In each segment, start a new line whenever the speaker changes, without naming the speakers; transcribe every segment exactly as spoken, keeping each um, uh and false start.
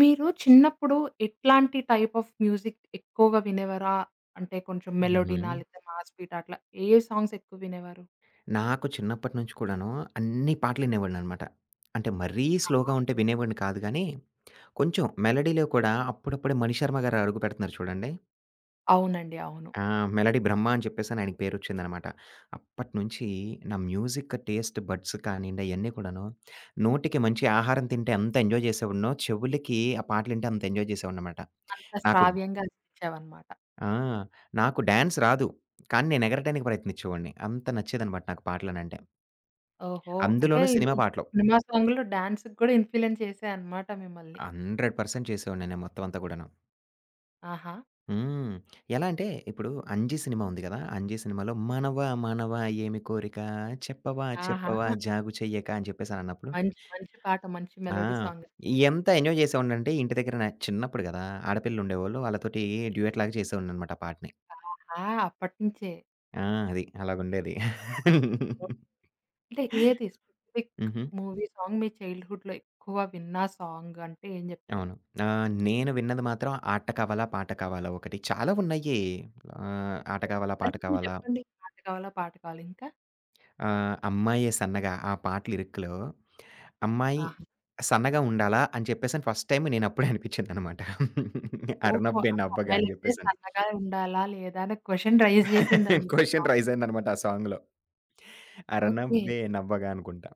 మీరు చిన్నప్పుడు ఎట్లాంటి టైప్ ఆఫ్ మ్యూజిక్ ఎక్కువగా వినేవారా? అంటే కొంచెం
హుహు.
మెలోడీనా? లేతే మాస్ బీటా? అట్లా ఏ సాంగ్స్ ఎక్కువ వినేవారు?
నాకు చిన్నప్పటి నుంచి కూడాను అన్ని పాటలు వినేవాడిననమాట. అంటే మరీ
ఆహా!
స్లోగా ఉంటే వినేవాడిని కాదు గానీ, కొంచెం మెలోడీలో కూడా అప్పుడప్పుడే 'మణిశర్మ' గారు అడుగు పెడుతున్నారు చూడండి.
అవునండి. అవును.
ఆ! మెలోడీ బ్రహ్మ అని చెప్పేసని ఆయనకి పేరొచ్చిందనమాట. అప్పటినుంచి నా మ్యూజిక్ టేస్ట్ బడ్స్ కానియండి అయన్నీ కూడాను, నోటికి మంచి ఆహారం తింటే ఎంత ఎంజాయ్ చేసేవాడినో, చెవులకి ఆ పాటలింటే అంత ఎంజాయ్ చేసేవాడిననమాట.
అంత
నాకు
శ్రావ్యంగా అనిపించేవన్నమాట.
ఆ! నాకు డాన్స్ రాదు. కానీ నేను ఎగరటానికి ప్రయత్నించేవాడిని. అంత నచ్చేదనమాట నాకు పాటలనంటే.
ఓహో! అంటే
అందులోనూ
ఇవి
సినిమా పాటలు.
సినిమా సాంగులు డాన్స్‌కి కూడా ఇన్‌ఫ్లూయెన్స్ చేసాయన్నమాట మిమ్మల్ని.
నూరు శాతం చేసేవాడిని నేను మొత్తం అంతా కూడాను.
ఆహా!
హ్మ్. ఎలా అంటే ఇప్పుడు 'అంజి' సినిమా ఉంది గదా! 'అంజి' సినిమాలో "మనవా మనవా ఏమి కోరిక చెప్పవా
ఆహా!
చెప్పవా జాగు చెయ్యక" అని చెప్పేసనన్నప్పుడు
మంచి, మంచి పాట. మంచి
ఆ!
Melody song.
ఎంత ఎంజాయ్ చేసేవాడినంటే ఇంటి దగ్గర నా చిన్నప్పుడు గదా! ఆడపిల్లలు ఉండేవాళ్ళు. వాళ్ళతోటి డ్యూయెట్ లాగా చేసేవాడినన్నమాట ఆ పాటని.
ఆహా! అప్పటినుంచే.
ఆ! అది అలాగుండేది.
అంటే ఏది స్పెసిఫిక్
హుహు.
మూవీ సాంగ్ మీ చైల్డ్‌హుడ్‌లో ఎక్కువ విన్న సాంగ్ అంటే ఏం చెప్తారు?
అవును. ఆహ్, నేను విన్నది మాత్రం 'ఆట కావాలా పాట కావాలా' ఒకటి. చాలా ఉన్నాయి. ఆహ్, 'ఆట కావాలా పాట
అంటే కొన్ని
కావాలా'.
చెప్పండి. పాట కావాలా? పాట కావాలా ఇంకా?
ఆ! 'అమ్మాయే సన్నగా' ఆ పాట లిరిక్‌లో అమ్మాయి
ఆహా!
సన్నగా ఉండాలా? అని చెప్పేసని ఫస్ట్ టైమ్ నేనప్పుడే అనిపించిందనమాట.
ఓహో!
'అరనబ్బే
అంటే
నవ్వగా' అని
అమ్మాయిలంటే
చెప్పేసని.
సన్నగా ఉండాలా? లేదా? అనే క్వెషన్ రైజ్ చేసిందా మీకు
క్వెషన్
సాంగ్?
రైజ్ అయిందనమాట ఆ సాంగ్‌లో.
ఓకే.
'అరనబ్బే నవ్వగా' అనుకుంటా.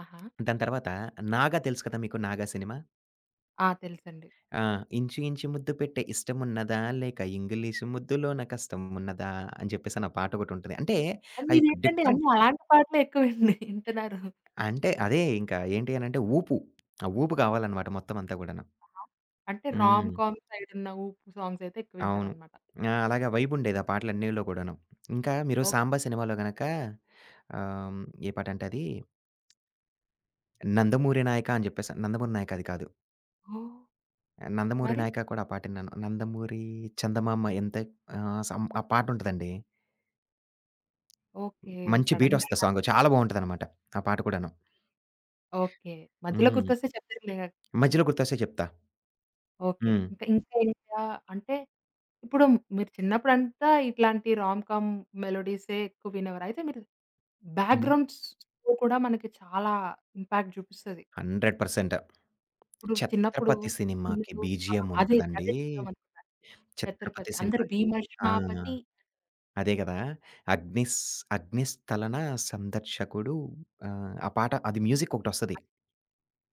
ఆహా!
దాని తర్వాత 'నాగా' తెలుసు కదా మీకు 'నాగా' సినిమా.
ఆ! తెలుసండి.
ఆ! ఇంచు ఇంచు ముద్దు పెట్టే ఇష్టమున్నదా? లేక ఇంగిలీషు ముద్దులోన కష్టం ఉన్నదా? అని చెప్పేసని ఆ పాట ఒకటుంటది. అంటే
కానీ
ఆ యొక్క
మీరేంటండి,
డిఫరెంట్.
అన్నీ అలాంటి పాటలే ఎక్కువ విన్ వింటున్నారు.
అంటే అదే ఇంకా ఏంటి అనంటే ఊపు. ఆ ఊపు కావాలనమాట మొత్తం అంతా గూడాను.
ఆహా! అంటే రామ్
హ్మ్.
కామ్ సైడ్ ఉన్న ఊపు సాంగ్స్ అయితే ఎక్కువ
అవును.
వింటారనమాట.
ఆ! అలాగ వైబుండేది ఆ పాటలన్నిలో కూడాను. ఇంకా మీరు
ఓకే.
'సాంబా' సినిమాలో గనక ఆహ్, ఏ పాటంటే అది 'నందమూరి నాయక' అని చెప్పేసి 'నందమూరి నాయక' అది కాదు.
ఓహ్!
'నందమూరి
మరి?
నాయక' కూడా ఆ పాట ఇన్నాను. 'నందమూరి చందమామ ఎంత'. ఆహ్, సం ఆ పాటుంటదండి.
ఓకే.
మంచి బీటొస్తది
సడెన్‌గా
సాంగ్. చాలా బావుంటదనమాట ఆ పాట కూడాను.
ఓకే. మధ్యలో
హ్మ్.
గుర్తొస్తే చెప్తారులే. హ్మ్.
మధ్యలో గుర్తొస్తే చెప్తా.
ఓకే.
హ్మ్.
ఇంకా ఇంకా ఇంకా అంటే ఇప్పుడు మీరు చిన్నప్పుడంతా ఇట్లాంటి రామ్ కామ్ మెలోడీసే ఎక్కువ వినేవారు. అయితే మీరు
హుహు.
బ్యాక్‌గ్రౌండ్ స్కోర్ కూడా మనకి చాలా ఇంపాక్ట్ చూపిస్తది.
నూరు శాతం
ఇప్పుడు చిన్నప్పుడు
'ఛత్రపతి' సినిమాకి
పిల్లలు ఆ!
బీజీఎమ్
అదే,
ఉంటదండి.
అదే చెప్దామనుకున్నా.
'ఛత్రపతి'
'ఛత్రపతి' అందరూ
సినిమాకి ఆ!
భీమష్మాపతి.
అదే గదా! 'అగ్నిస్ 'అగ్నిస్థలన సందర్శకుడు'. ఆహ్, ఆ పాట అది మ్యూజిక్ ఒకటొస్తది.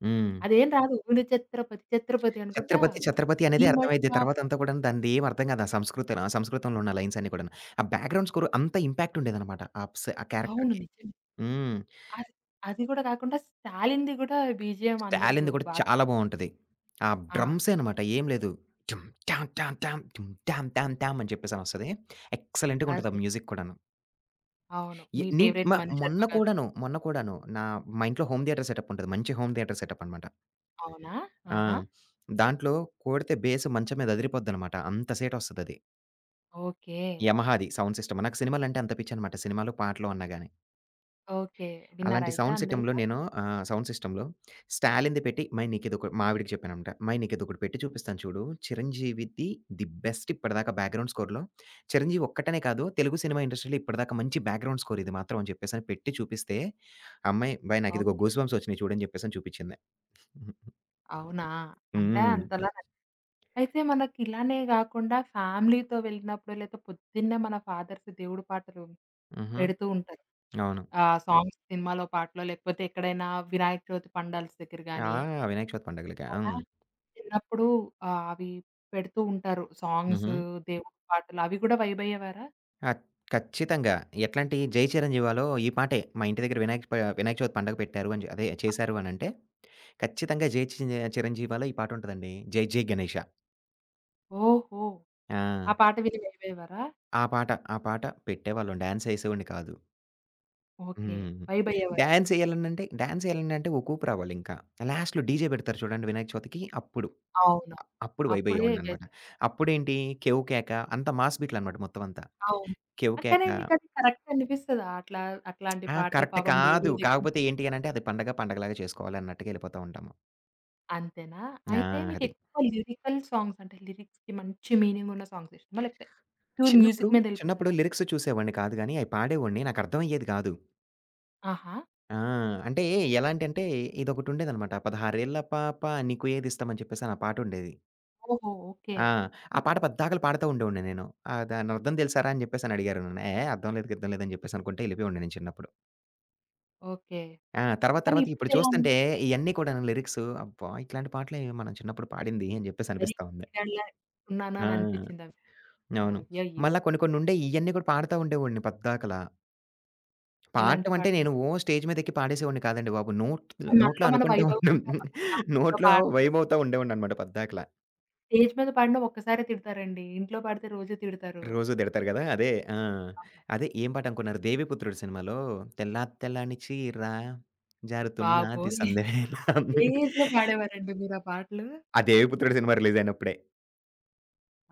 హ్మ్.
అదేం రాదు. ఊని ఛత్రపతి ఛత్రపతి అనుకుంటా.
'ఛత్రపతి ఛత్రపతి' అనేదే అర్థమైద్ది. తర్వాతంతా
భీమష్మాపతి.
కూడాను దానిదేం అర్థం కాదు. ఆ సంస్కృతం ఆ సంస్కృతంలో ఉన్న లైన్స్ అన్నీ కూడాను. ఆ బ్యాక్‌గ్రౌండ్ స్కోర్ అంత ఇంపాక్ట్ ఉండేదనమాట. ఆ ప్స్ ఆ
అవును.
క్యారెక్టర్‌కి.
నిజమే.
హ్మ్.
అది అది కూడా కాకుండా 'స్టాలిన్‌ది' కూడా బీజీఎం అందరూ
'స్టాలిన్‌ది' కూడా
బాగా
చాలా బావుంటది. ఆ
ఆ!
డ్రమ్సే అనమాట. ఏం లేదు. టుమ్ టామ్ టామ్ టామ్ టుమ్ టామ్ టామ్ టామ్ అని చెప్పేసనొస్తది. ఎక్సలెంట్‌గుంటది ఆ
అదే.
మ్యూజిక్ కూడాను.
అవును.
ఎ
మీ
నీ
ఫేవరెట్
మ మొన్న
'మణిశర్మ' గారు.
కూడాను, మొన్న కూడాను నా మా ఇంట్లో హోమ్ థియేటర్ సెటప్ ఉంటది. మంచి హోమ్ థియేటర్ సెటప్ అనమాట.
అవునా?
ఆ!
ఆహా!
దాంట్లో కొడితే బేస్ మంచం మీద అదిరిపోద్దనమాట. అంత సేటొస్తదది.
ఓకే.
యమహాది సౌండ్ సిస్టమ్. నాకు సినిమాలంటే అంత పిచ్చనమాట. సినిమాలు, పాటలు అన్నా గాని.
ఓకే.
అలాంటి
విన్నారైతే
సౌండ్ సిటంలో
అందులో?
నేను ఆహ్, సౌండ్ సిస్టమ్‌లో 'స్టాలిన్‌ది' పెట్టి 'మై' నీకిదొక మా ఆవిడకి చెప్పాననమాట. 'మై నీకిదొకటి పెట్టి చూపిస్తాను చూడు. చిరంజీవిది ది బెస్ట్ ఇప్పటిదాకా బ్యాక్‌గ్రౌండ్ స్కోర్‌లో. చిరంజీవి ఒక్కటనే కాదు తెలుగు సినిమా ఇండస్ట్రీలో ఇప్పటిదాకా మంచి బ్యాక్‌గ్రౌండ్ స్కోర్ ఇది మాత్రం' అని చెప్పేసని పెట్టి చూపిస్తే, ఆ అమ్మాయి "అబ్బాయి నాకిదిగో
ఓకే.
గూస్ బంప్స్ వచ్చినియి చూడు" అని చెప్పేసని చూపిచ్చింది.
అవునా? అంటే
హ్మ్.
అంతలా న అయితే మనకిలానే గాకుండా ఫ్యామిలీతో వెళ్ళినప్పుడు లేతే పొద్దున్నే మన ఫాదర్స్ దేవుడి పాటలు
హుహు.
పెడుతూ ఉంటారు.
అవును.
ఆహ్, సాంగ్స్ సినిమాలో పాటలో లేకపోతే ఎక్కడైనా వినాయక చవితి పండాల్స్ దగ్గర
ఆ!
గానీ,
వినాయక చవితి పండగలకా.
ఎక్కడైనా
హ్మ్.
చిన్నప్పుడు ఆహ్, అవి పెడుతూ ఉంటారు. సాంగ్స్,
హుహు.
దేవుడి పాటలు అవి గూడా వైబయ్యేవారా?
అత్ ఖచ్చితంగా. ఎట్లాంటి 'జై చిరంజీవాలో' ఈ పాటే. మా ఇంటి దగ్గర వినాయక ప వినాయక చవితి పండగ పెట్టారు అని చె- అదే చేశారు అనంటే ఖచ్చితంగా 'జై చి 'చిరంజీవాలో' ఈ పాటుంటదండి. 'జై జై గణేష.'
ఓహో! ఆ
ఆ!
పాట విని వైబయ్యేవారా?
ఆ పాట, ఆ పాట పెట్టేవాళ్ళం. డాన్స్ ఏసేవాడిని కాదు.
ఓకే.
హ్మ్.
వైబయ్యేవారు కానీ.
డాన్స్ ఏయాలనంటే డాన్స్ ఏయాలనంటే ఓ కూపు రావాలింక. లాస్ట్‌లో డీజే పెడతారు చూడండి వినాయక చవితికి అప్పుడు.
అవును.
అ- అప్పుడు వైబ్
అప్పుడే వె
అయ్యేవాడిననమాట. అప్పుడేంటి 'కేవ్ కేక' అంతా మాస్ బీట్‌లనమాట మొత్తం అంతా.
అవును.
'కేవ్
ఆ! కానీ
కేక'.
మీకది కరెక్ట్ అనిపిస్తదా? అట్లా అట్లాంటి
ఆ!
పాటలు
కరెక్ట్
పాపం
కాదు.
దేవుడి దగ్గర
కాకపోతే ఏంటి అనంటే అది పండగ పండగలాగా చేసుకోవాలి అన్నట్టుగా ఎళ్ళిపోతా ఉంటాము.
అంతేనా?
ఆ!
అయితే
అది.
మీకెక్కువ లిరికల్ సాంగ్స్ అంటే లిరిక్స్‌కి మంచి మీనింగ్ ఉన్న సాంగ్స్ ఇష్టమా? లేకపోతే ప్యూర్
చిన్నప్పుడు,
మ్యూజిక్
చిన్నప్పుడు
మీదెళ్ళిపోతారా?
లిరిక్స్ చూసేవాడిని కాదు గానీ అయి పాడేవాడిని. నాకర్థమయ్యేది కాదు.
ఆహా!
ఆ! అంటే ఎలాంటంటే ఇదొకటుండేదనమాట. 'పదహారేళ్ల పాప నీకు ఏదిష్టమని' చెప్పేసని ఆ పాటుండేది.
ఓహో! ఓకే.
ఆ! ఆ పాట పద్దాకల పాడుతా ఉండేవాడిని నేను. ఆ! దానర్థం తెలుసారా అని చెప్పేసని అడిగారు నన్ను. "ఏ అర్థం లేదు, గిర్థం లేదని" చెప్పేసనుకుంట ఎళ్ళిపోయేవాడిని నేను చిన్నప్పుడు.
ఓకే.
ఆ! తర్వాత
కానీ
తర్వాత ఇప్పుడు
ఇప్పుడెలా ఉంది?
చూస్తంటే ఇయన్నీ కూడాను లిరిక్స్ అబ్బా! ఇట్లాంటి పాటలే మనం చిన్నప్పుడు పాడింది అని
మరీ
చెప్పేసనిపిస్తా ఉంది.
ఈనాడిలా ఉన్నానా
ఆ!
అని అనిపిచ్చిందా?
అవును.
అయ్యయ్యో!
మళ్ళా కొన్ని కొన్నుండేయి ఇయన్నీ కూడా పాడుతా ఉండేవాడిని పద్దాకల.
ఎలాంటి
పాడటం అంటే
పాటలు?
నేను ఓ స్టేజ్ మీదెక్కి పాడేసేవాడిని కాదండి బాబు. నోట్ నోట్లో
మనలో మనం
అనుకుంటూ ఉండం.
వైభవకుంట ఆ! ఇంట్లో
నోట్లో
పాడుకుంటా
వైబ్ అవుతా ఉండేవాడిననమాట పద్దాకల.
స్టేజ్ మీద పాడినా ఒక్కసారే తిడతారండి. ఇంట్లో పాడితే రోజు తిడతారు.
రోజు తిడతారు గదా! అదే ఆ! అదే ఏం పాట అనుకున్నారు 'దేవిపుత్రుడు' సినిమాలో, తెల్లా తెల్లని చీర జారుతున్నది
బాబోయ్!
సందెవేళ.
ఏ ఏజ్‌లో పాడేవారండి మీరు ఆ పాటలు?
ఆ 'దేవిపుత్రుడు' సినిమా రిలీజయినప్పుడే.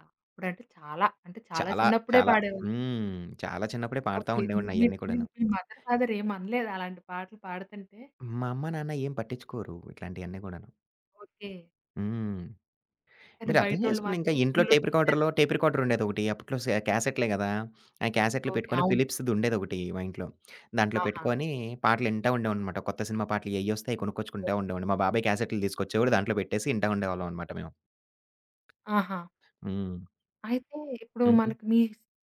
ఆ! అప్పుడంటే చాలా, అంటే చాలా
చాలా,
చిన్నప్పుడే
చాలా
పాడేవారు.
హ్మ్. చాలా చిన్నప్పుడే పాడుతా
అప్పుడు మీ
ఉండేవాడిని
మీ
అయన్నీ
మీ
కూడాను.
మీ మదర్, ఫాదర్ ఏమనలేదా అలాంటి పాటలు పాడుతుంటే?
మా అమ్మ, నాన్న ఏం పట్టించుకోరు ఇట్లాంటియన్నీ గూడాను.
ఓకే.
హ్మ్.
కానీ
మీరర్థం
బయటోళ్ళు
జేసుకోండి ఇంకా
మాత్రం
ఇంట్లో
స్కూల్‌లో
టేప్ రికార్డర్‌లో
టీచర్లు
టేప్ రికార్డర్ ఉండేదొకటి. అప్పట్లో సే క్యాసెట్‌లే గదా! ఆ క్యాసెట్‌లు
ఓకే.
పెట్టుకొని
అవును.
ఫిలిప్స్‌ది ఉండేదొకటి మా ఇంట్లో. దాంట్లో
ఆహా!
పెట్టుకొని పాటలు ఇంటా ఉండేవాడినమాట. కొత్త సినిమా పాటలు ఎయ్యొస్తే అయి
ఓకే.
కొనుక్కొచ్చుకుంటా ఉండేవాడిని. మా బాబాయ్ క్యాసెట్‌లు తీసుకొచ్చేవాడు. దాంట్లో పెట్టేసి ఇంటా ఉండేవాళ్ళం అనమాట మేము.
ఆహా!
హ్మ్.
అయితే ఇప్పుడు
హుహు.
మనకి మీ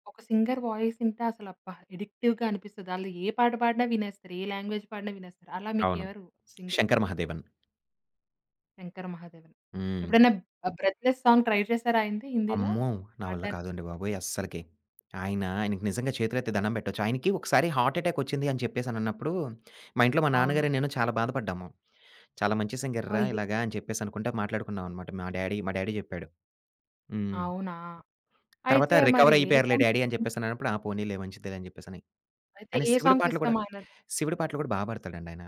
ఒక సింగర్ వాయిస్ ఇంటే అసలు అబ్బా! ఎడిక్టివ్‌గా అనిపిస్తది. ఆళ్ళు ఏ పాట పాడినా వినేస్తారు. ఏ లాంగ్వేజ్ పాడినా వినేస్తారు. అలా
అవును.
మీకెవరు సింగర్
'శంకర్ మహాదేవన్.'
'శంకర మహాదేవన్'?
హ్మ్.
ఎప్పుడైనా ఆహ్, 'బ్రెత్లెస్' సాంగ్ ట్రై చేశారా ఆయనది హిందీలో
అమ్మో! నా వల్ల
పాడడానికి?
కాదండి బాబోయ్! అస్సలకి. ఆయన ఆయనకి నిజంగా చేతులెత్తి దండం పెట్టొచ్చు. ఆయనకి ఒకసారి హార్ట్ అటాక్ వచ్చింది అని చెప్పేసనన్నప్పుడు, మా ఇంట్లో మా
అవును.
నాన్నగారు, నేను చాలా బాధపడ్డాము. చాలా మంచి సింగర్‌రా
అయ్యో!
ఇలాగా అని చెప్పేసి అనుకుంటా మాట్లాడుకున్నాం అనమాట. మా డ్యాడీ మా డ్యాడీ జెప్పాడు. హ్మ్.
అవునా?
తర్వాత
అయితే మరి
"రికవర్
ఏ
అయిపోయారులే
సాంగ్స్
డ్యాడీ" అని
ఇష్టం?
చెప్పేసనన్నప్పుడు, "ఆ! పోనీలే మంచిదేలే" అని చెప్పేసని.
అయితే
ఆయన
ఏ
శివుడి
సాంగ్స్
పాటలు గూడా,
ఇష్టం ఆయనది?
శివుడి పాటలు గూడా బా పాడతాడండి ఆయన.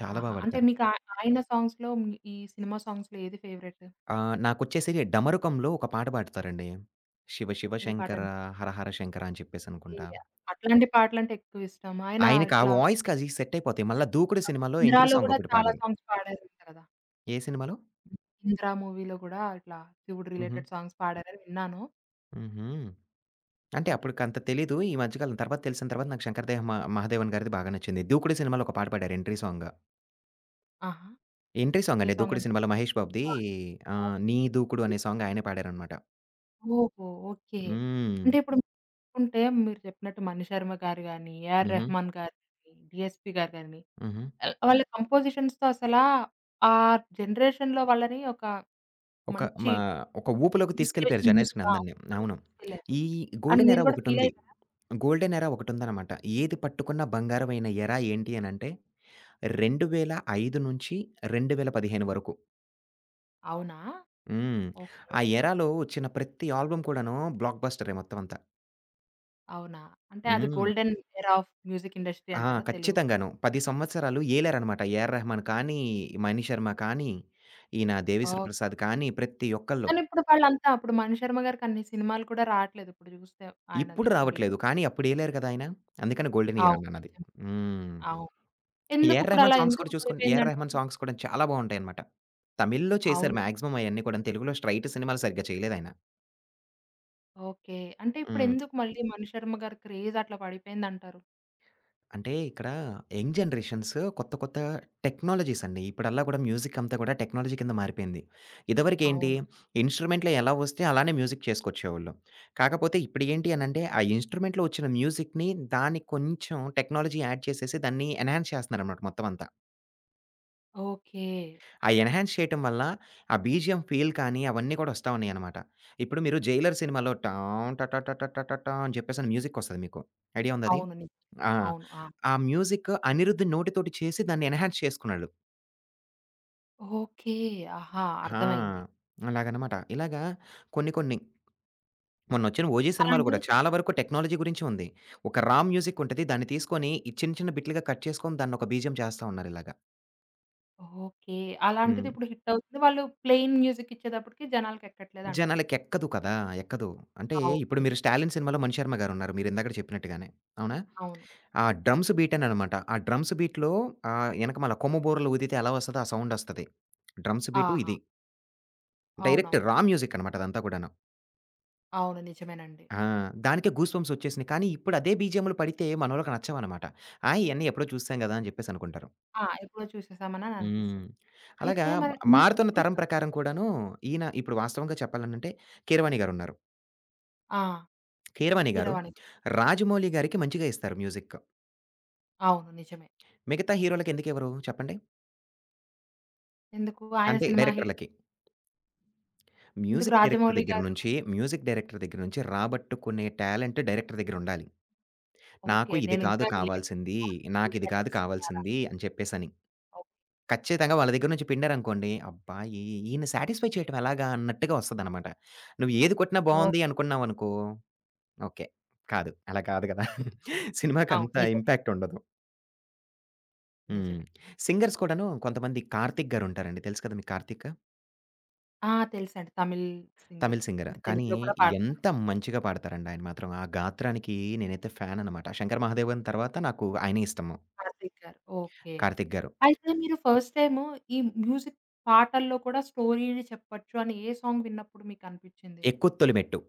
చాలా బా
ఆహా! అంటే
పాడతారు.
మీకు ఆ ఆయన సాంగ్స్‌లో మీ ఈ సినిమా సాంగ్స్‌లో ఏది ఫేవరెట్?
ఆహ్, నాకొచ్చేసి 'డమరుకంలో' ఒక పాట పాడతారండి. 'శివ శివ
ఏ
శంకర
పాటంటే
హర హర శంకర' అని చెప్పేసనుకుంటా.
అట్లాంటి పాటలంటే ఎక్కువ ఇష్టం. ఆయన
ఆయనకి ఆ
ఇట్లా
వాయిస్‌కి అది సెట్ అయిపోతాయి. మళ్ళా 'దూకుడు' సినిమాలో ఎంట్రీ
'ఇందిరాలో'
సాంగ్
గూడా
ఒకటి
చాలా
పాడారు.
సాంగ్స్ పాడారంట కదా!
ఏ సినిమాలో?
'ఇందిరా' మూవీలో గూడా ఇట్లా శివుడు
హుహు.
రిలేటెడ్ సాంగ్స్ పాడారని విన్నాను.
హుహు. అంటే
అది.
అప్పటికంత తెలీదు. ఈ మధ్య కాలం తర్వాత తెలిసిన తర్వాత నాకు 'శంకర్ దయ మ 'మహాదేవన్' గారిది బాగా నచ్చింది. 'దూకుడు' సినిమాలో ఒక పాట పాడారు ఎంట్రీ సాంగ్.
ఆహా!
ఎంట్రీ సాంగ్
ఏ
అండి
సాంగ్
'దూకుడు'
అంటే?
సినిమాలో మహేష్ బాబుది.
ఆ!
ఆహ్, 'నీ దూకుడు'
ఓకే.
అనే సాంగ్ ఆయనే పాడారనమాట.
ఓహో! ఓకే.
హ్మ్.
అంటే ఇప్పుడు చూసుకుంటే మీరు చెప్పినట్టు 'మణిశర్మ' గారు గాని, 'ఏఆర్
హుహు.
రెహమాన్' గారు గాని, 'డీఎస్పీ' గారు గాని
హుహు.
ఆహ్, వాళ్ళ కంపోజిషన్స్‌తో అసలా ఆ జనరేషన్‌లో వాళ్ళని ఒక
ఒక
మంచి
మా ఒక ఊపులోకి తీసుకెళ్ళిపోయారు
ఇన్‌స్పిరేషన్ బూస్ట్‌గా
జనరేషనందరిని. అవును.
తీసుకెళ్లారు.
ఈ
అండ్
గోల్డెన్
మీరు
ఎరా
గూడా ఫీల్
ఒకటుంది.
అయ్యారా?
Golden era ఒకటుందనమాట. ఏది పట్టుకున్న బంగారమైన ఎరా ఏంటి అనంటే రెండు వేల ఐదు నుంచి రెండు వేల పదిహేను వరకు.
అవునా?
హ్మ్. ఆ
ఓకే.
ఎరాలో వచ్చిన ప్రతి ఆల్బమ్ కూడాను బ్లాక్ బస్టరే మొత్తం అంతా.
అవునా? అంటే అది
హ్మ్.
Golden era of music industry
ఆ!
అంటారా తెలుగు?
ఖచ్చితంగాను. పది సంవత్సరాలు ఏలారనమాట. ఏఆర్ రెహమాన్ కానీ, మణిశర్మ కానీ, ఈయన దేవిశ్రీ
ఓకే.
ప్రసాద్ కానీ ప్రతి ఒక్కళ్ళు.
కానీ ఇప్పుడు వాళ్ళంతా అప్పుడు మణిశర్మ గారికి అన్ని సినిమాలు కూడా రాట్లేదు. ఇప్పుడు చూస్తే ఆయనది
ఇప్పుడు
మళ్ళీ.
రావట్లేదు. కానీ అప్పుడు ఏలారు కదా ఆయన. అందుకని గోల్డెన్ ఇయర్
అవును.
అన్నానది.
నిజమే.
హ్మ్.
అవును. ఎందుకు
ఏఆర్
ఇప్పుడు
రెహమాన్
అలా
సాంగ్స్
ఎందుకు
కూడా చూసుకొని ఏఆర్ రెహమాన్
పడిపోయిందంటారు?
సాంగ్స్ కూడా చాలా బావుంటాయనమాట. తమిళ్‌లో చేశారు
అవునండి.
మాక్సిమం అయన్నీ కూడాను. తెలుగులో స్ట్రెయిట్ సినిమాలు సరిగ్గా చేయలేదాయన.
ఓకే. అంటే ఇప్పుడు
హ్మ్.
ఎందుకు మళ్ళీ మణిశర్మ గారి క్రేజ్ అట్లా పడిపోయిందంటారు?
అంటే ఇక్కడ యంగ్ జనరేషన్స్ కొత్త కొత్త టెక్నాలజీస్ అండి. ఇప్పుడల్లా కూడా మ్యూజిక్ అంతా కూడా టెక్నాలజీ కింద మారిపోయింది. ఇదివరకేంటి
అవును.
ఇన్‌స్ట్రుమెంట్‌లో ఎలా వస్తే అలానే మ్యూజిక్ చేసుకొచ్చేవాళ్ళు. కాకపోతే ఇప్పుడు ఏంటి అనంటే ఆ ఇన్‌స్ట్రుమెంట్‌లో వచ్చిన మ్యూజిక్‌ని దానికి కొంచెం టెక్నాలజీ యాడ్ చేసేసి దాన్ని ఎన్హాన్స్ చేస్తున్నారనమాట మొత్తం అంతా.
ఓకే.
ఆ ఎన్‌హాన్స్ చేయటం వల్ల, ఆ బీజీఎం ఫీల్ కానీ, అవన్నీ కూడా వస్తా ఉన్నాయనమాట. ఇప్పుడు మీరు 'జైలర్' సినిమాలో టాం ట ట ట ట ట టా టా అని చెప్పేసని మ్యూజికొస్తది మీకు. ఐడియా ఉందా అది?
అవును. ని
ఆ!
అవును. ఆ!
ఆ మ్యూజిక్ అనిరుద్ నోటితోటి చేసి దాన్ని ఎన్‌హాన్స్ చేసుకున్నాడు.
ఓకే. ఆహా!
ఆ!
అర్థమైంది.
అలాగనమాట. ఇలాగా కొన్ని కొన్ని మొన్నొచ్చిన 'ఓజీ' సినిమాలు కూడా
అలాంటివి చే
చాలా వరకు టెక్నాలజీ గురించి ఉంది. ఒక రా మ్యూజిక్ ఉంటది. దాన్ని తీసుకొని ఈ చిన్న చిన్న బిట్లుగా కట్ చేసుకొని దాన్నొక బీజీఎం చేస్తా ఉన్నారిలాగ.
ఓకే. అలాంటిది
హ్మ్.
ఇప్పుడు హిట్ అవుతుంది. వాళ్ళు ప్లెయిన్ మ్యూజిక్ ఇచ్చేటప్పటికి జనాలకెక్కట్లేదంటారు.
జనాలకెక్కదు కదా! ఎక్కదు. అంటే
అవును.
ఇప్పుడు మీరు
నిజమే.
'స్టాలిన్' సినిమాలో 'మణిశర్మ' గారున్నారు మీరిందాకడ చెప్పినట్టుగానే. అవునా?
అవును.
ఆ డ్రమ్స్ బీటేననమాట. ఆ డ్రమ్స్ బీట్‌లో ఆహ్, ఎనకమాల కొమ్ము బూరలు ఊదితే ఎలా వస్తదో ఆ సౌండొస్తది. డ్రమ్స్ బీటు
ఆహా!
ఇది. డైరెక్ట్
అవునవును.
రా మ్యూజిక్ అనమాట అదంతా కూడాను.
అవును. నిజమేనండి.
ఆ! దానికే గూస్ బంప్స్ ఒచ్చేసినియి. కానీ ఇప్పుడు అదే బీజీఎంలు పడితే మనోళ్ళకి నచ్చవనమాట. ఆ! ఇయన్నీ ఎప్పుడో చూసాం గదా! అని చెప్పేసనుకుంటారు.
ఆ! ఎప్పుడో చూసేసామనని
హ్మ్.
అనిపిస్తది.
అలాగా
అయితే మరి
మారుతున్న
మీకెప్పుడు ఫ
తరం ప్రకారం కూడాను ఈయన ఇప్పుడు వాస్తవంగా చెప్పాలనంటే కీరవాణి గారున్నారు.
ఆ!
కీరవాణి గారు,
'కీరవాణి'.
'రాజమౌళి' గారికి మంచిగా ఇస్తారు మ్యూజిక్.
అవును. నిజమే.
మిగతా హీరోలకి ఎందుకివ్వరు చెప్పండి?
ఎందుకు ఆయన
అంటే
సినిమా హి
డైరెక్టర్‌లకి.
ఎందుకు
మ్యూజిక్ డైరెక్టర్
'రాజమౌళి'
దగ్గర
గారు
నుంచి మ్యూజిక్ డైరెక్టర్ దగ్గర నుంచి రాబట్టుకునే టాలెంట్ డైరెక్టర్ దగ్గరుండాలి.
ఓకే.
నాకు ఇది కాదు
నేనింకా రిలేట్
కావాల్సింది, నాకిది
అందుకనే
కాదు
ఇస్తున్నారా?
కావాల్సింది అని చెప్పేసని.
ఓహ్!
ఖచ్చితంగా వాళ్ళ దగ్గర నుంచి పిండారనుకోండి, అబ్బా! ఈ ఈయన్ని సాటిస్ఫై చేయటం ఎలాగా అన్నట్టుగా ఒస్తదనమాట. నువ్వు ఏది కొట్టినా
ఓహ్!
బావుంది అనుకున్నావనుకో, ఓకే. కాదు. అలా కాదు గదా!
అవును.
సినిమాకంత
నిజమే.
ఇంపాక్ట్ ఉండదు. హ్మ్.
నిజమే.
సింగర్స్ కూడాను కొంతమంది 'కార్తిక్' గారుంటారండి. తెలుసు కదా మీకు 'కార్తిక్'?
ఆ! తెలుసండి. తమిళ్ సింగర్.
తమిళ్ సింగర్.
అంటే
కానీ
తెలుగులో కూడా పాడతారు.
ఎంత మంచిగా పాడతారండి ఆయన మాత్రం. ఆ గాత్రానికి నేనైతే ఫ్యాన్ అనమాట. 'శంకర్ మహాదేవన్' తర్వాత నాకు ఆయనే ఇష్టము.
కార్తీక్ గారు. ఓకే.
'కార్తిక్' గారు.
అయితే మీరు ఫస్ట్ టైము ఈ మ్యూజిక్ పాటల్లో కూడా స్టోరీని చెప్పొచ్చు అని ఏ సాంగ్ విన్నప్పుడు మీకనిపిచ్చింది?
'ఎక్కు తొలిమెట్టు.'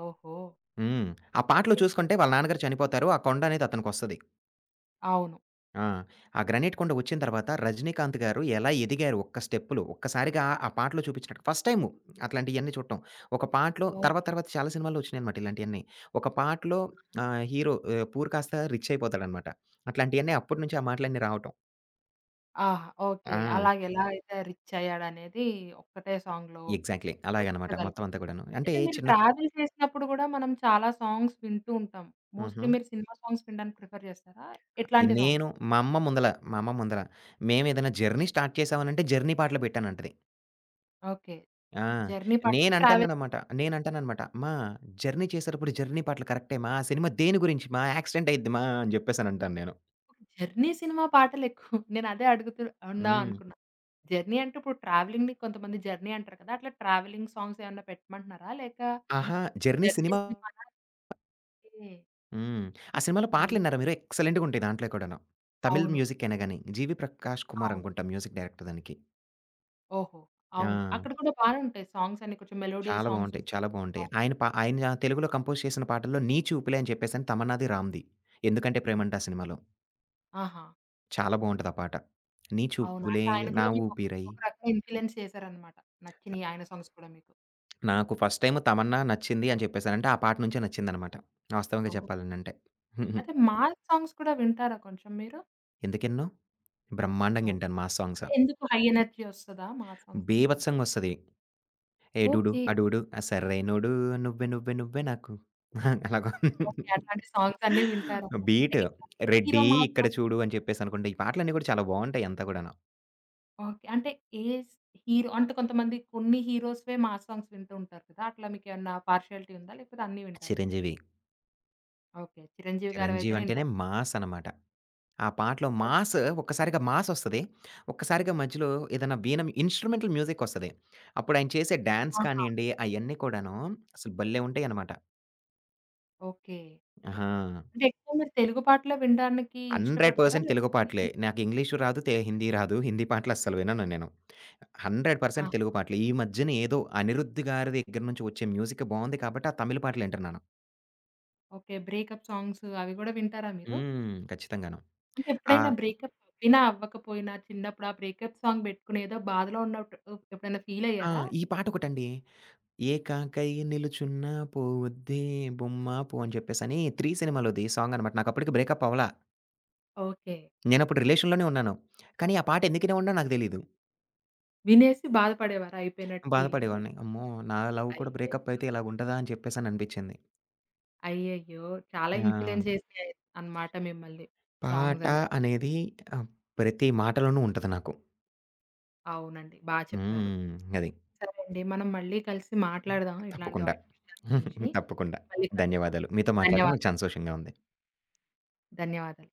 ఓహో!
హ్మ్. ఆ పాటలో
ఓకే.
చూసుకుంటే వాళ్ళ నాన్నగారు చనిపోతారు. ఆ కొండ అనేది అతనికొస్తది.
అవును.
ఆ! ఆ 'గ్రనేట్ కొండ' వచ్చిన తర్వాత 'రజనీకాంత్' గారు ఎలా ఎదిగారు ఒక్క స్టెప్పులు, ఒక్కసారిగా ఆ పాటలో చూపించినట్టు ఫస్ట్ టైము అట్లాంటియన్నీ చూడటం. ఒక పాటలో తర్వాత
ఓకే.
తర్వాత చాలా సినిమాల్లో వచ్చినాయనమాట ఇలాంటియన్నీ. ఒక పాటలో
హ్మ్.
ఆహ్, హీరో ఆహ్, పూర్ కాస్త రిచ్ అయిపోతాడనమాట. అట్లాంటియన్నీ అప్పటి నుంచి ఆ మాటలన్నీ రావటం.
ఆహా! ఓకే.
ఆ!
అలాగెలా అయితే రిచ్ అయ్యాడనేది ఒక్కటే సాంగ్‌లో
ఎగ్జాక్ట్‌లీ. అలాగనమాట
చూపించగలిగారు.
మొత్తం అంతా కూడాను. అంటే
అయితే మీరు
చిన్నప్పుడు
ట్రావెల్ చేసినప్పుడు గూడా మనం చాలా సాంగ్స్ వింటూ ఉంటాం.
హుహు.
మోస్ట్‌లీ మీరు సినిమా సాంగ్స్ వినడానికి ప్రిఫర్ చేస్తారా? ఎట్లాంటి సాంగ్స్?
నేను మా అమ్మ ముందల, మా అమ్మ ముందల మేమేదైనా జర్నీ స్టార్ట్ చేసామనంటే జర్నీ పాటలు పెట్టానంటది.
ఓకే.
ఆ!
జర్నీ పాటలంటే ట్రావెల్
నేనంటాననమాట. నేనంటాననమాట. "అమ్మా! 'జర్నీ' చేసేటప్పుడు 'జర్నీ' పాటలు కరెక్టే మా. ఆ సినిమా దేని గురించి మా? యాక్సిడెంట్ అయ్యిద్ది మా" అని జెప్పేసనంటాను నేను.
'జర్నీ' సినిమా పాటలెక్కువ. నేనదే అడుగుతు ఉందా
హ్మ్.
అనుకున్నా. 'జర్నీ' అంటే ఇప్పుడు ట్రావెలింగ్‌ని కొంతమంది 'జర్నీ' అంటారు కదా! అట్లా ట్రావెలింగ్ సాంగ్స్ ఏమన్నా పెట్టమంటున్నారా? లేక
అహా! 'జర్నీ'
'జర్నీ'
సినిమా.
సినిమానా? అంటే
హ్మ్. ఆ సినిమాలో
అయ్యో!
పాటలిన్నారా మీరు? ఎక్సలెంట్‌గుంటాయి దాంట్లో కూడాను. తమిళ్
అవును.
మ్యూజిక్ అయినా గాని. 'జీవి ప్రకాష్ కుమార్'
అవును.
అనుకుంటా మ్యూజిక్ డైరెక్టర్ దానికి.
ఓహో! అవును.
ఆ!
అక్కడ కూడా బానే ఉంటాయి సాంగ్స్ అన్నీ, కొంచెం మెలోడియస్
చాలా
సాంగ్స్
బావుంటాయి.
ఉంటాయి.
చాలా బావుంటాయి.
అవును.
ఆయన పా ఆయన తెలుగులో కంపోజ్ చేసిన పాటల్లో 'నీ చూపులే' అని చెప్పేసని తమన్నాది, రామ్‌ది. 'ఎందుకంటే ప్రేమంట' సినిమాలో.
ఆహా!
చాలా బావుంటది ఆ పాట. నీ
అవునా!
చూపులే
అంటే ఆయన
నా
కూడా మీకు ఒక
ఊపిరై.
ఒక రకంగా ఇన్‌ఫ్లూయెన్స్ చేశారనమాట. నచ్చినయి ఆయన సాంగ్స్ కూడా మీకు.
నాకు ఫస్ట్ టైమ్ 'తమన్నా' నచ్చింది అని చెప్పేసనంటే, ఆ పాట నుంచే నచ్చిందనమాట. వాస్తవంగా
ఓహ్!
చెప్పాలనంటే.
అయితే మాస్ సాంగ్స్ కూడా వింటారా కొంచెం మీరు?
ఎందుకినను? బ్రహ్మాండంగా
ఓహ్!
ఇంటాను మాస్ సాంగ్స్.
అంటే ఎందుకు హై ఎనర్జీ వస్తదా మాస్ సాంగ్స్ వింటున్నప్పుడు?
బీభత్సంగొస్తది. 'ఏ డూడు
ఓకే.
అడూడు ఆ సరైనోడు నువ్వే నువ్వే నువ్వే నాకు' అలాగా.
ఓకే. అట్లాంటి సాంగ్స్ అన్నీ వింటారన్నమాట. అంటే
బీట్
ఎక్కువ ఏ హీరో
'రెడ్డీ
మాస్
ఇక్కడ
సాంగ్స్
చూడు' అని చెప్పేసనుకుంట, ఈ పాటలన్నీ కూడా చాలా బావుంటాయి అంతా కూడాను.
ఓకే. అంటే ఏ స్ హీరో అంటే కొంతమంది కొన్ని హీరోస్‌వే మాస్ సాంగ్స్ వింటూ ఉంటారు కదా! అట్లా మీకేమన్నా పార్షియాలిటీ ఉందా? లేకపోతే అన్నీ వింటారా?
చిరంజీవి.
ఓకే. చిరంజీవి
చిరంజీవి
గారివైతేనే
అంటేనే
వింటారా?
మాస్ అనమాట. ఆ పాటలో 'మాస్'
ఓకే.
ఒక్కసారిగా 'మాస్' ఒస్తది. ఒక్కసారిగా మధ్యలో ఏదైనా వీణ ఇన్‌స్ట్రుమెంటల్ మ్యూజిక్ ఒస్తది. అప్పుడు ఆయన చేసే డాన్స్
ఆహా!
కానియండి, అయన్నీ కూడాను అసలు భలే ఉంటాయనమాట.
ఓకే.
ఆహా!
అంటే ఎక్కువ మీరు తెలుగు పాటలే వినడానికి ఇష్టపడతారా?
నూరు శాతం తెలుగు
లేకపోతే
పాటలే. నాకు ఇంగ్లీషు రాదు, తె హిందీ రాదు. హిందీ పాటలు అస్సలు వినను నేను. నూరు శాతం
ఆహా!
తెలుగు పాటలు. ఈ మధ్యన ఏదో అనిరుద్ గారి దగ్గర నుంచి వచ్చే మ్యూజిక్ బావుంది కాబట్టి, ఆ తమిళ పాటలు వింటున్నాను.
ఓకే. బ్రేకప్ సాంగ్స్ అవి గూడా వింటారా మీరు?
హ్మ్. ఖచ్చితంగాను.
అంటే
ఆ!
ఎప్పుడైనా బ్రేకప్ అవ్వినా, అవ్వకపోయినా చిన్నప్పుడు ఆ బ్రేకప్ సాంగ్ బెట్టుకొని ఏదో బాధలో ఉన్నట్టు ఎప్పుడైనా ఫీల్
ఆ!
అయ్యారా?
ఈ పాటొకటండి. ఏకాకై నిలుచున్నా పోవద్దే బొమ్మా పో అని చెప్పేసని 'త్రీ' సినిమాలోది సాంగనమాట. నాకప్పటికి బ్రేకప్ అవ్వల.
ఓకే.
నేనప్పుడు రిలేషన్‌లోనే ఉన్నాను. కానీ ఆ పాట ఎందుకు ఇనేవాడినో నాకు తెలీదు.
వినేసి బాధపడేవారా అయిపోయినట్టు ఫీలయ్యి?
బాధపడేవాడిని. అమ్మో! నా లవ్ కూడా బ్రేకప్
అయ్యయ్యో!
అయితే ఇలాగుంటదా అని చెప్పేసని అనిపిచ్చింది.
అయ్యయ్యో! చాలా ఇన్‌ఫ్లూయెన్స్
ఆ!
చేసినాయి అన్నమాట మిమ్మల్ని
పాట
సాంగ్స్ అనేవి.
అనేది ఆహ్, ప్రతి మాటలోనూ ఉంటది నాకు.
అవునండి. బా చెప్పారు.
హ్మ్. అది.
సరే అండి. మనం మళ్ళీ కలిసి మాట్లాడదాం ఇట్లాంటి
తప్పకుండా.
వాటి విషయాల గురించి.
తప్పకుండా.
మళ్ళీ కలుద్దాం.
ధన్యవాదాలు. మీతో మాట్లాడడం నాకు
ధన్యవాదాలు.
చాలా సంతోషంగా ఉంది.
ధన్యవాదాలు.